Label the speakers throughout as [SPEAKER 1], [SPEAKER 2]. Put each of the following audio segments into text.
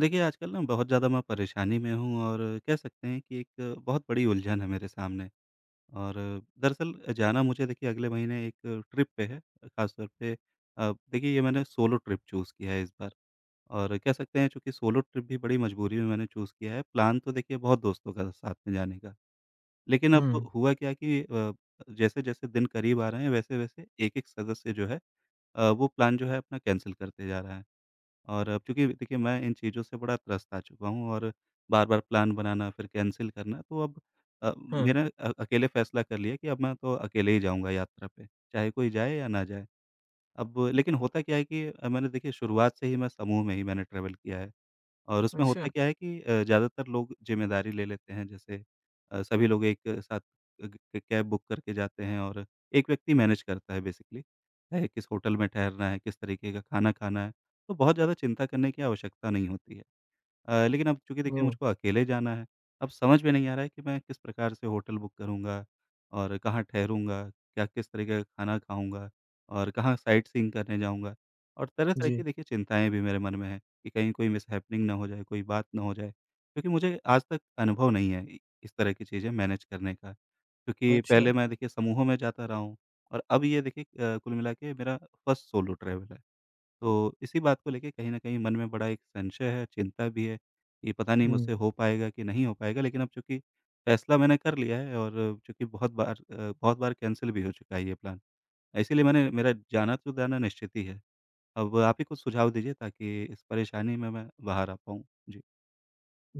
[SPEAKER 1] देखिए, आजकल ना बहुत ज़्यादा मैं परेशानी में हूँ और कह सकते हैं कि एक बहुत बड़ी उलझन है मेरे सामने। और दरअसल जाना मुझे देखिए अगले महीने एक ट्रिप पे है, ख़ासतौर पे देखिए ये मैंने सोलो ट्रिप चूज़ किया है इस बार। और कह सकते हैं चूँकि सोलो ट्रिप भी बड़ी मजबूरी में मैंने चूज़ किया है। प्लान तो देखिए बहुत दोस्तों का था साथ में जाने का, लेकिन अब
[SPEAKER 2] हुँ,
[SPEAKER 1] हुआ क्या कि जैसे-जैसे दिन करीब आ रहे हैं वैसे-वैसे एक-एक सदस्य जो है वो प्लान जो है अपना कैंसल करते जा रहा है। और अब चूँकि देखिए मैं इन चीज़ों से बड़ा त्रस्त आ चुका हूँ और बार-बार प्लान बनाना फिर कैंसल करना, तो अब
[SPEAKER 2] हाँ,
[SPEAKER 1] मैंने अकेले फैसला कर लिया कि अब मैं तो अकेले ही जाऊँगा यात्रा पे, चाहे कोई जाए या ना जाए। अब लेकिन होता क्या है कि मैंने देखिए शुरुआत से ही मैं समूह में ही मैंने ट्रैवल किया है। और उसमें
[SPEAKER 2] अच्छा,
[SPEAKER 1] होता क्या है कि ज़्यादातर लोग ज़िम्मेदारी ले लेते हैं, जैसे सभी लोग एक साथ ग ग- कैब बुक करके जाते हैं और एक व्यक्ति मैनेज करता है बेसिकली। चाहे किस होटल में ठहरना है, किस तरीके का खाना खाना है, तो बहुत ज़्यादा चिंता करने की आवश्यकता नहीं होती है। लेकिन अब चूँकि देखिए
[SPEAKER 2] ओह!
[SPEAKER 1] मुझको अकेले जाना है, अब समझ में नहीं आ रहा है कि मैं किस प्रकार से होटल बुक करूँगा और कहाँ ठहरूँगा, क्या किस तरीके का खाना खाऊँगा और कहाँ साइट सीइंग करने जाऊँगा। और तरह-तरह की
[SPEAKER 2] जी,
[SPEAKER 1] देखिए चिंताएँ भी मेरे मन में हैं कि कहीं कोई मिसहैपनिंग ना हो जाए, कोई बात ना हो जाए। क्योंकि मुझे आज तक अनुभव नहीं है इ इस तरह की चीज़ें मैनेज करने का, क्योंकि
[SPEAKER 2] अच्छा,
[SPEAKER 1] पहले मैं देखिए समूहों में जाता रहा हूँ और अब ये देखिए कुल मिला के मेरा फर्स्ट सोलो ट्रैवल है। तो इसी बात को लेके कहीं न कहीं मन में बड़ा एक संशय है, चिंता भी है कि पता नहीं मुझसे
[SPEAKER 2] हुँ।
[SPEAKER 1] हो पाएगा कि नहीं हो पाएगा। लेकिन अब चूँकि फ़ैसला मैंने कर लिया है और चूँकि बहुत बार बहुत बार कैंसल भी हो चुका है ये प्लान। इसीलिए मैंने मेरा जाना-तो-जाना निश्चित ही है। अब आप ही कुछ सुझाव दीजिए ताकि इस परेशानी में मैं बाहर आ पाऊँ। जी।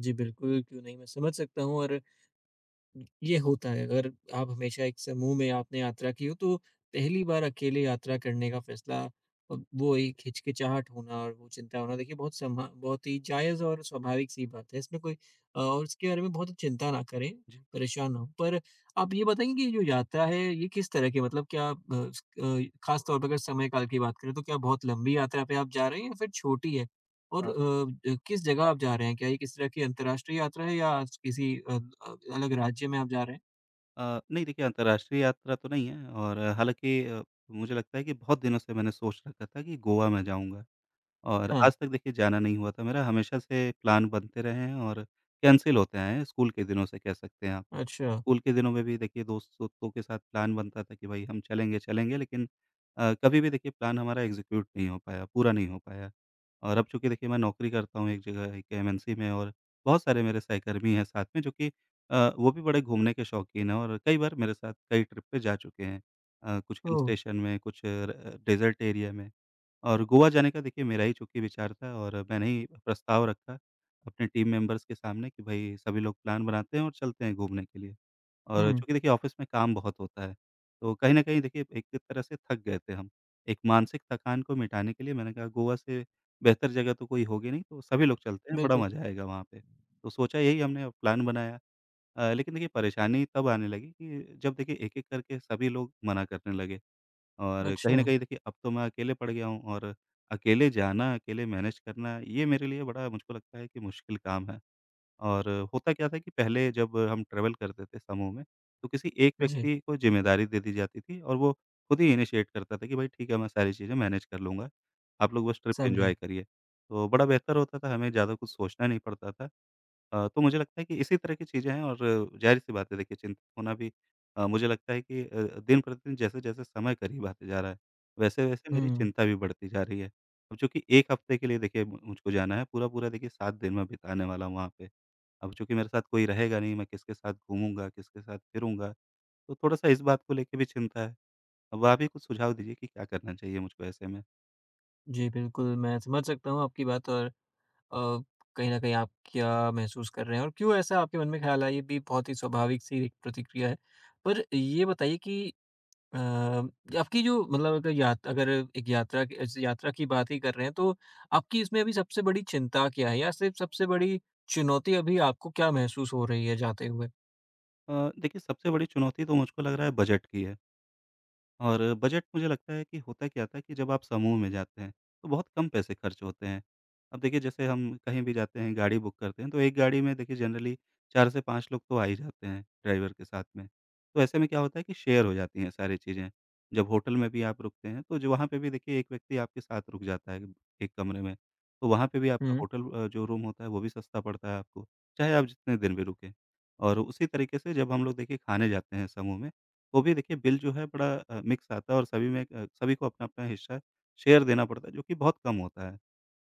[SPEAKER 2] जी, बिल्कुल, क्यों नहीं, मैं समझ सकता हूँ और ये होता है। अगर आप हमेशा एक समूह में आपने यात्रा की हो तो पहली बार अकेले यात्रा करने का फ़ैसला वो एक हिचकिचाहट होना और वो चिंता होना देखिए बहुत समा बहुत ही जायज़ और स्वाभाविक सी बात है। और इसके बारे में बहुत चिंता ना करें,
[SPEAKER 1] जी।
[SPEAKER 2] परेशान ना हों। पर आप ये बताएँगे कि ये जो यात्रा है ये किस तरह की मतलब क्या अ, स अ, ख़ास तौर पर अगर समय काल की बात करें तो क्या बहुत लंबी यात्रा पे आप जा रहे हैं या फिर छोटी है?
[SPEAKER 1] अ
[SPEAKER 2] और किस जगह आप जा रहे हैं? क्या ये किसी तरह की अंतर्राष्ट्रीय यात्रा है या किसी अलग राज्य में आप जा रहे हैं?
[SPEAKER 1] नहीं देखिए अंतर्राष्ट्रीय यात्रा तो नहीं है और हालाँकि मुझे लगता है कि बहुत दिनों से मैंने सोच रखा था कि गोवा मैं जाऊँगा। और
[SPEAKER 2] हाँ,
[SPEAKER 1] आज तक देखिए जाना नहीं हुआ था मेरा, हमेशा से प्लान बनते रहे हैं और कैंसल होते आए हैं, स्कूल के दिनों से कह सकते हैं आप।
[SPEAKER 2] अच्छा।
[SPEAKER 1] स्कूल के दिनों में भी देखिए दोस्तों के साथ प्लान बनता था कि भई हम चलेंगे, चलेंगे, लेकिन कभी भी देखिए प्लान हमारा एग्ज़ीक्यूट नहीं हो पाया, पूरा नहीं हो पाया। और अब चूँकि देखिए मैं नौकरी करता हूँ एक जगह, एक एमएनसी में, और बहुत सारे मेरे सहकर्मी हैं साथ में जो कि वो भी बड़े घूमने के शौकीन हैं और कई बार मेरे साथ कई ट्रिप पे जा चुके हैं। कुछ हिल
[SPEAKER 2] ओह!
[SPEAKER 1] स्टेशन में, कुछ र डेज़र्ट एरिया में। और गोवा जाने का देखिए मेरा ही चूँकि विचार था और मैंने ही प्रस्ताव रखा अपने टीम मेंबर्स के सामने कि भई सभी लोग प्लान बनाते हैं और चलते हैं घूमने के लिए। और
[SPEAKER 2] हुँ,
[SPEAKER 1] चूँकि देखिए ऑफ़िस में काम बहुत होता है, तो कहीं न कहीं देखिए एक तरह से थक गए थे हम। एक मानसिक थकान को मिटाने के लिए मैंने कहा गोवा से बेहतर जगह तो कोई होगी नहीं, तो सभी लोग चलते हैं, बड़ा
[SPEAKER 2] बिल्कुल।
[SPEAKER 1] मज़ा आएगा वहाँ पे। तो सोचा यही हमने और प्लान बनाया। लेकिन देखिए परेशानी तब आने लगी कि जब देखिए एक-एक करके सभी लोग मना करने लगे। और कहीं
[SPEAKER 2] अच्छा,
[SPEAKER 1] न कहीं देखिए अब तो मैं अकेले पड़ गया हूँ और अकेले जाना, अकेले मैनेज करना, ये मेरे लिए बड़ा मुझको लगता है कि मुश्किल काम है। और होता क्या था कि पहले जब हम ट्रैवल करते थे समूह में, तो किसी एक
[SPEAKER 2] जी,
[SPEAKER 1] व्यक्ति को ज़िम्मेदारी दे दी जाती थी और वो खुद ही इनिशिएट करता था कि भाई ठीक है, मैं सारी चीज़ें मैनेज कर लूँगा, आप लोग बस ट्रिप
[SPEAKER 2] समझा।
[SPEAKER 1] एन्जॉय करिए। तो बड़ा बेहतर होता था, हमें ज़्यादा कुछ सोचना नहीं पड़ता था। तो मुझे लगता है कि इसी तरह की चीज़ें हैं। और ज़ाहिर-सी बात है देखिए, चिंतित होना भी मुझे लगता है कि दिन प्रतिदिन जैसे-जैसे समय करीब आते जा रहा है, वैसे-वैसे मेरी
[SPEAKER 2] हुँ,
[SPEAKER 1] चिंता भी बढ़ती जा रही है। अब चूँकि 1 हफ्ते के लिए देखिए मु मुझको जाना है, पूरा-पूरा देखिए 7 दिन मैं बिताने वाला हूँ वहाँ पे। अब चूँकि मेरे साथ कोई रहेगा नहीं, मैं किसके साथ घूमूँगा, किसके साथ फिरूँगा, तो थोड़ा-सा इस बात को लेके भी चिंता है। अब आप ही कुछ सुझाव दीजिए कि क्या करना चाहिए मुझको ऐसे में?
[SPEAKER 2] जी, बिल्कुल, मैं समझ सकता हूँ आपकी बात और अ, कहीं न कहीं आप क्या महसूस कर रहे हैं और क्यों ऐसा आपके मन में ख़्याल आया, ये भी बहुत ही स्वाभाविक सी एक प्रतिक्रिया है। पर ये बताइए कि अ, आपकी जो मतलब अगर यात अगर एक यात्रा की ऐसे यात्रा की बात ही कर रहे हैं, तो आपकी इसमें अभी सबसे बड़ी चिंता क्या है? या सिर्फ़ सबसे बड़ी चुनौती अभी आपको क्या महसूस हो रही है जाते हुए?
[SPEAKER 1] देखिए सबसे बड़ी चुनौती तो मुझको लग रहा है बजट की है। और बजट, मुझे लगता है कि होता क्या था कि जब आप समूह में जाते हैं, तो बहुत कम पैसे खर्च होते हैं। अब देखिए जैसे हम कहीं भी जाते हैं, गाड़ी बुक करते हैं, तो एक गाड़ी में देखिए जनरली 4 से 5 लोग तो आ ही जाते हैं ड्राइवर के साथ में। तो ऐसे में क्या होता है कि शेयर हो जाती हैं सारी चीज़ें। जब होटल में भी आप रुकते हैं, तो जो वहाँ पे भी देखिए एक व्यक्ति आपके साथ रुक जाता है एक कमरे में। तो वहाँ पे भी आपका
[SPEAKER 2] हुँ,
[SPEAKER 1] होटल जो रूम होता है, वो भी सस्ता पड़ता है आपको, चाहे आप जितने दिन भी रुकें। और उसी तरीके से जब हम लोग देखिए खाने जाते हैं समूह में, तो भी देखिए बिल जो है बड़ा मिक्स आता है और सभी में सभी को अपना-अपना हिस्सा शेयर देना पड़ता है, जो कि बहुत कम होता है।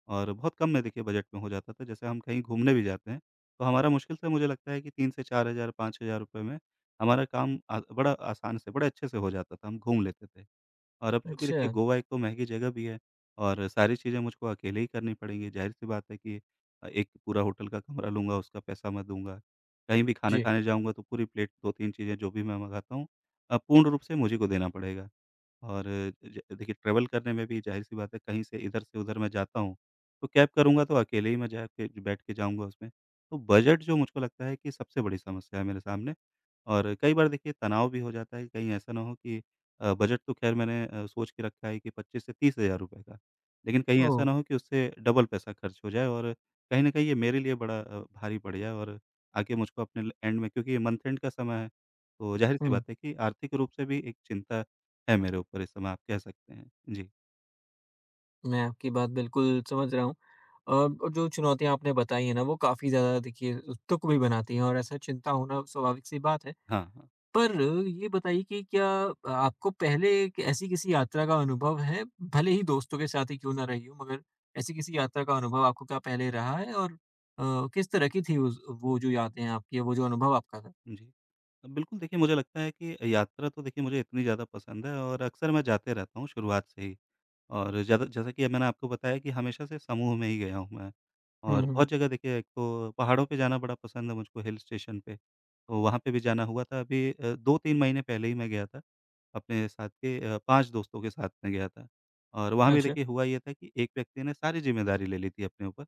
[SPEAKER 1] और बहुत कम में देखिए बजट में हो जाता था, जैसे हम कहीं घूमने भी जाते हैं, तो हमारा मुश्किल से मुझे लगता है कि 3 से 4,000 ₹5,000 में हमारा काम बड़ा आसान से, बड़े अच्छे से हो जाता था, हम घूम लेते थे। और अब चूँकि
[SPEAKER 2] अच्छा,
[SPEAKER 1] देखिए गोवा एक तो महँगी जगह भी है, और सारी चीज़ें मुझको अकेले ही करनी पड़ेंगी, ज़ाहिर-सी बात है कि एक पूरा होटल का कमरा लूँगा, उसका पैसा मैं दूँगा। कहीं भी खाना
[SPEAKER 2] जी।
[SPEAKER 1] खाने जाऊँगा तो पूरी प्लेट, 2-3 चीज़ें जो भी मैं मँगाता हूँ पूर्ण रूप से मुझी को देना पड़ेगा। और ज देखिए ट्रैवल करने में भी ज़ाहिर-सी बात है, कहीं से इधर से उधर मैं जाता हूँ, तो कैब करूँगा तो अकेले ही मैं जाके बैठ के जाऊँगा उसमें। तो बजट जो मुझको लगता है कि सबसे बड़ी समस्या है मेरे सामने, और कई बार देखिए तनाव भी हो जाता है कि कहीं ऐसा ना हो कि बजट तो ख़ैर मैंने सोच के रखा है कि 25 से 30,000 रुपए का, लेकिन कहीं ऐसा
[SPEAKER 2] ओह!
[SPEAKER 1] ना हो कि उससे डबल पैसा खर्च हो जाए और कहीं न कहीं ये मेरे लिए बड़ा भारी पड़ जाए। और आगे मुझको अपने ल एंड में, क्योंकि ये मंथ एंड का समय है, तो ज़ाहिर-सी
[SPEAKER 2] हुँ,
[SPEAKER 1] बात है कि आर्थिक रूप से भी एक चिंता है मेरे ऊपर इस समय, आप कह सकते हैं। जी।
[SPEAKER 2] मैं आपकी बात बिल्कुल समझ रहा हूँ। और जो चुनौतियाँ आपने बताई हैं ना, वो काफ़ी ज़्यादा देखिए तुक भी बनाती हैं और ऐसा चिंता होना स्वाभाविक सी बात है।
[SPEAKER 1] हाँ, हाँ।
[SPEAKER 2] पर ये बताइए कि क्या आपको पहले एक ऐसी किसी यात्रा का अनुभव है, भले ही दोस्तों के साथ ही क्यों ना रही हो, मगर ऐसी किसी यात्रा का अनुभव आपको क्या पहले रहा है और किस तरह की थी उस वो जो यादें हैं आपकी, वो जो अनुभव आपका था?
[SPEAKER 1] जी। बिल्कुल देखिए, मुझे लगता है कि यात्रा तो देखिए मुझे इतनी ज़्यादा पसंद है और अक्सर मैं जाते रहता हूँ शुरुआत से ही। और ज़्यादा जैसा कि मैंने आपको बताया कि हमेशा से समूह में ही गया हूँ मैं।
[SPEAKER 2] हुँ,
[SPEAKER 1] और बहुत
[SPEAKER 2] हुँ।
[SPEAKER 1] जगह देखिए, एक तो पहाड़ों पे जाना बड़ा पसंद है मुझको, हिल स्टेशन पे, तो वहाँ पे भी जाना हुआ था अभी 2-3 महीने पहले ही मैं गया था। अपने साथ के 5 दोस्तों के साथ में गया था और वहाँ भी
[SPEAKER 2] अच्छा।
[SPEAKER 1] देखिए हुआ ये था कि एक व्यक्ति ने सारी ज़िम्मेदारी ले ली थी अपने ऊपर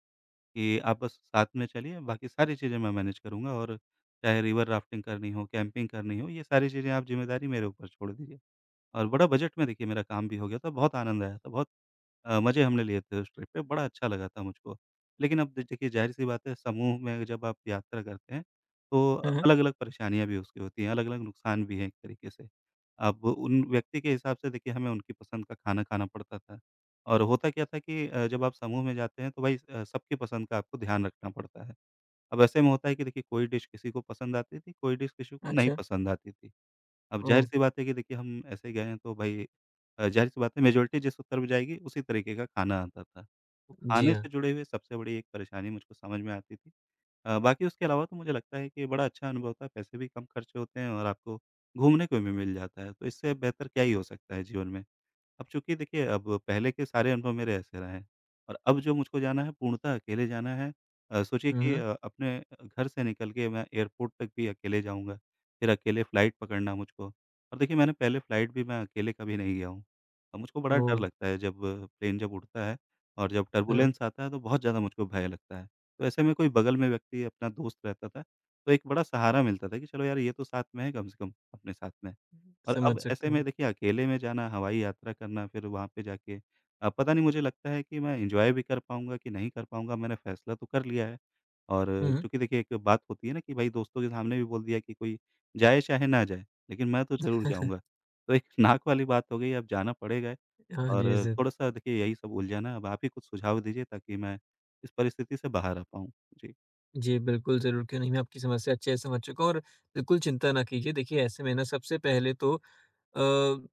[SPEAKER 1] कि आप बस साथ में चलिए, बाकी सारी चीज़ें मैं मैनेज करूँगा, और चाहे रिवर राफ्टिंग करनी हो, कैंपिंग करनी हो, ये सारी चीज़ें आप ज़िम्मेदारी मेरे ऊपर छोड़ दीजिए। और बड़ा बजट में देखिए मेरा काम भी हो गया था, बहुत आनंद आया था, बहुत मज़े हमने लिए थे उस ट्रिप पे, बड़ा अच्छा लगा था मुझको। लेकिन अब द देखिए ज़ाहिर-सी बात है, समूह में जब आप यात्रा करते हैं, तो
[SPEAKER 2] हाँ, हाँ।
[SPEAKER 1] अलग-अलग परेशानियाँ भी उसकी होती हैं, अलग-अलग नुकसान भी हैं एक तरीके से। अब उन व्यक्ति के हिसाब से देखिए हमें उनकी पसंद का खाना खाना पड़ता था, और होता क्या था कि जब आप समूह में जाते हैं तो भाई सबकी पसंद का आपको ध्यान रखना पड़ता है। अब ऐसे में होता है कि देखिए कोई डिश किसी को पसंद आती थी, कोई डिश किसी को नहीं
[SPEAKER 2] अच्छा।
[SPEAKER 1] पसंद आती थी। अब
[SPEAKER 2] ओह!
[SPEAKER 1] ज़ाहिर-सी बात है कि देखिए हम ऐसे गए हैं तो भई ज़ाहिर-सी बात है मेजॉरिटी जिस उत्तर में जाएगी उसी तरीके का खाना आता था। तो
[SPEAKER 2] जी
[SPEAKER 1] खाने
[SPEAKER 2] हाँ।
[SPEAKER 1] से जुड़े हुए सबसे बड़ी एक परेशानी मुझको समझ में आती थी। बाकी उसके अलावा तो मुझे लगता है कि बड़ा अच्छा अनुभव था, पैसे भी कम खर्च होते हैं और आपको घूमने को भी मिल जाता है, तो इससे बेहतर क्या ही हो सकता है जीवन में। अब चूँकि देखिए अब पहले के सारे अनुभव मेरे ऐसे रहे हैं, और अब जो मुझको जाना है पूर्णतः अकेले जाना है। सोचिए
[SPEAKER 2] हुँ,
[SPEAKER 1] कि
[SPEAKER 2] हुँ।
[SPEAKER 1] अपने घर से निकल के मैं एयरपोर्ट तक भी अकेले जाऊँगा, फिर अकेले फ्लाइट पकड़ना मुझको। और देखिए मैंने पहले फ्लाइट भी मैं अकेले कभी नहीं गया हूँ। अब मुझको बड़ा डर
[SPEAKER 2] ओह!
[SPEAKER 1] लगता है जब प्लेन जब उड़ता है, और जब
[SPEAKER 2] हाँ,
[SPEAKER 1] टर्बुलेंस आता है तो बहुत ज़्यादा मुझको भय लगता है। तो ऐसे में कोई बगल में व्यक्ति अपना दोस्त रहता था, तो एक बड़ा सहारा मिलता था कि चलो यार ये तो साथ में है कम से कम अपने साथ में। और
[SPEAKER 2] समझ
[SPEAKER 1] अब
[SPEAKER 2] सकता
[SPEAKER 1] ऐसे में
[SPEAKER 2] हूँ।
[SPEAKER 1] देखिए अकेले में जाना, हवाई यात्रा करना, फिर वहाँ पे जाके पता नहीं मुझे लगता है कि मैं एन्जॉय भी कर पाऊँगा कि नहीं कर पाऊँगा, मैंने फ़ैसला तो कर लिया है। और
[SPEAKER 2] हुँ, हुँ।
[SPEAKER 1] चूँकि देखिए एक बात होती है ना कि भाई दोस्तों के सामने भी बोल दिया कि कोई जाए चाहे ना जाए, लेकिन मैं तो ज़रूर जाऊँगा। तो एक नाक वाली बात हो गई, अब जाना पड़ेगा।
[SPEAKER 2] हाँ
[SPEAKER 1] और
[SPEAKER 2] जी, ज़रूर।
[SPEAKER 1] थोड़ा-सा देखिए यही सब उलझन है, अब आप ही कुछ सुझाव दीजिए ताकि मैं इस परिस्थिति से बाहर आ पाऊँ। जी,
[SPEAKER 2] जी, बिल्कुल, ज़रूर, क्यों नहीं। मैं आपकी समस्या अच्छे से समझ चुका हूँ और बिल्कुल चिंता ना कीजिए। देखिए, ऐसे में ना अ,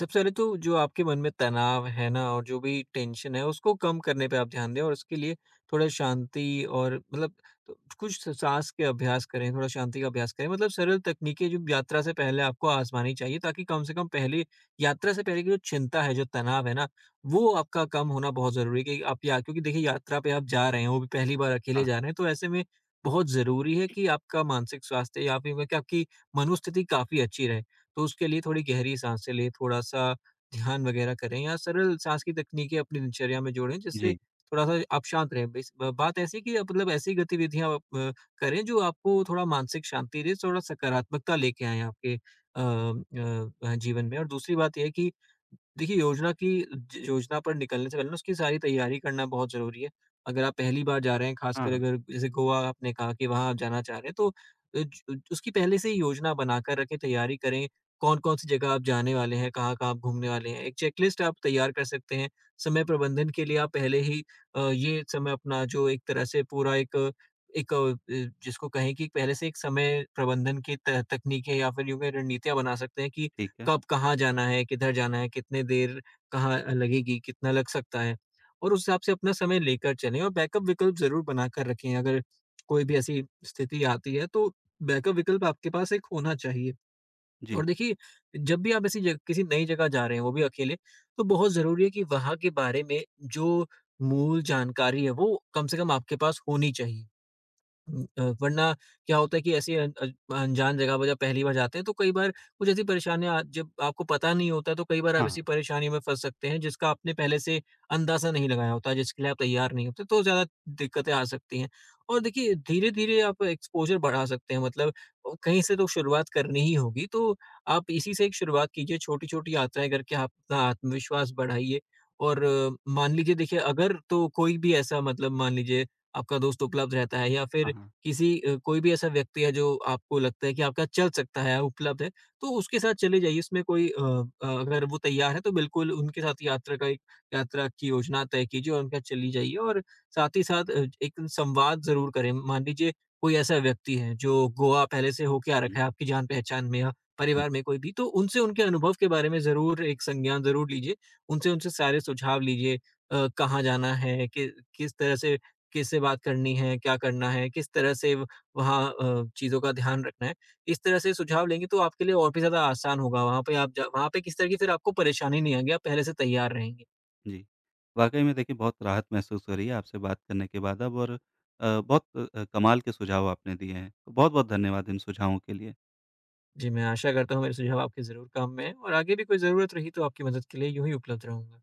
[SPEAKER 2] सबसे पहले तो जो आपके मन में तनाव है ना और जो भी टेंशन है, उसको कम करने पे आप ध्यान दें और उसके लिए थोड़ा शांति और मतलब तो कुछ स साँस के अभ्यास करें, थोड़ा शांति का अभ्यास करें। मतलब सरल तकनीकें जो यात्रा से पहले आपको आज़मानी चाहिए ताकि कम से कम पहले यात्रा से पहले की जो चिंता है, जो तनाव है ना, वो आपका कम होना बहुत ज़रूरी है कि आप या क्योंकि देखिए, यात्रा पे आप जा रहे हैं, वो भी पहली बार अकेले
[SPEAKER 1] हाँ,
[SPEAKER 2] जा रहे हैं, तो ऐसे में बहुत ज़रूरी है कि आपका मानसिक स्वास्थ्य या फिर मैं क्या आपकी मनोस्थिति काफ़ी अच्छी रहे। तो उसके लिए थोड़ी गहरी साँसें लें, थोड़ा-सा ध्यान वगैरह करें या सरल साँस की तकनीकें अपनी दिनचर्या में जोड़ें, जिससे
[SPEAKER 1] जी,
[SPEAKER 2] थोड़ा-सा आप शांत रहें। बेस ब बात ऐसी है कि आप मतलब ऐसी गतिविधियाँ आप करें जो आपको थोड़ा मानसिक शांति दे, थोड़ा सकारात्मकता लेके आएँ आपके जीवन में। और दूसरी बात ये है कि देखिए योजना की ज योजना पर निकलने से पहले ना उसकी सारी तैयारी करना बहुत ज़रूरी है। अगर आप पहली बार जा रहे हैं,
[SPEAKER 1] हाँ,
[SPEAKER 2] ख़ासकर
[SPEAKER 1] हाँ,
[SPEAKER 2] अगर जैसे गोवा आपने कहा कि वहाँ आप जाना चाह रहे हैं, तो अ, ज उसकी पहले से ही योजना बनाकर रखें, तैयारी करें, कौन-कौन सी जगह आप जाने वाले हैं, कहाँ-कहाँ आप घूमने वाले हैं। एक चेकलिस्ट आप तैयार कर सकते हैं। समय प्रबंधन के लिए आप पहले ही ये समय अपना जो एक तरह से पूरा एक अ, अ, जिसको कहें कि पहले से एक समय प्रबंधन की त तकनीकें या फिर यूँ कहें रणनीतियाँ बना सकते हैं कि
[SPEAKER 1] ठीक है।
[SPEAKER 2] कब कहाँ जाना है, किधर जाना है, कितने देर कहाँ लगेगी, कितना लग सकता है। और उस हिसाब से अपना समय लेकर चलें और बैकअप विकल्प ज़रूर बनाकर रखें। अगर कोई भी ऐसी स्थिति आती है तो बैकअप विकल्प आपके पास एक होना चाहिए।
[SPEAKER 1] जी,
[SPEAKER 2] और देखिए, जब भी आप ऐसी जग किसी नई जगह जा रहे हैं, वो भी अकेले, तो बहुत ज़रूरी है कि वहाँ के बारे में जो मूल जानकारी है, वो कम से कम आपके पास होनी चाहिए। वरना क्या होता है कि ऐसी अन अज अनजान जगह पर जब पहली बार जाते हैं तो कई बार कुछ ऐसी परेशानियाँ आ जब आपको पता नहीं होता तो कई बार
[SPEAKER 1] हाँ,
[SPEAKER 2] आप
[SPEAKER 1] हाँ,
[SPEAKER 2] ऐसी परेशानी में फँस सकते हैं जिसका आपने पहले से अंदाज़ा नहीं लगाया होता, जिसके लिए आप तैयार नहीं होते, तो ज़्यादा दिक्कतें आ सकती हैं। और देखिए धीरे-धीरे आप एक्सपोज़र बढ़ा सकते हैं मतलब कहीं से तो शुरुआत करनी ही होगी, तो आप इसी से एक शुरुआत कीजिए, छोटी-छोटी यात्राएँ करके आप अपना आत्मविश्वास बढ़ाइए। और मान लीजिए देखिए अगर तो कोई भी ऐसा मतलब मान लीजिए आपका दोस्त उपलब्ध रहता है या
[SPEAKER 1] हाँ,
[SPEAKER 2] फिर
[SPEAKER 1] हाँ।
[SPEAKER 2] कोई भी ऐसा व्यक्ति है जो आपको लगता है कि आपका चल सकता है, उपलब्ध है, तो उसके साथ चले जाइए। उसमें कोई अ अ, अगर वो तैयार है तो बिल्कुल उनके साथ यात्रा का एक यात्रा की योजना तय कीजिए और उनके साथ चली जाइए और साथ ही साथ एक संवाद ज़रूर करें। मान लीजिए कोई ऐसा व्यक्ति है जो गोवा पहले से होके आ
[SPEAKER 1] हुँ,
[SPEAKER 2] रखा है आपकी जान-पहचान में या
[SPEAKER 1] जी।
[SPEAKER 2] परिवार में कोई भी, तो उनसे उनके अनुभव के बारे में ज़रूर एक संज्ञान ज़रूर लीजिए। उनसे उनसे सारे सुझाव लीजिए कहाँ जाना है, कि किस तरह से किससे बात करनी है, क्या करना है, किस तरह से व वहाँ अ, चीज़ों का ध्यान रखना है। इस तरह से सुझाव लेंगे तो आपके लिए और भी ज़्यादा आसान होगा। वहाँ पे किसी तरह की फिर आपको परेशानी नहीं आएगी, आप पहले से तैयार रहेंगे।
[SPEAKER 1] जी। वाक़ई में देखिए बहुत राहत महसूस हो रही है आपसे बात करने के बाद अब। और बहुत कमाल के सुझाव आपने दिए हैं। तो बहुत-बहुत धन्यवाद इन सुझावों के लिए।
[SPEAKER 2] जी, मैं आशा करता हूँ मेरे सुझाव आपके ज़रूर काम में आएँ और आगे भी कोई ज़रूरत रही तो आपकी मदद के लिए यूँ ही उपलब्ध रहूँगा।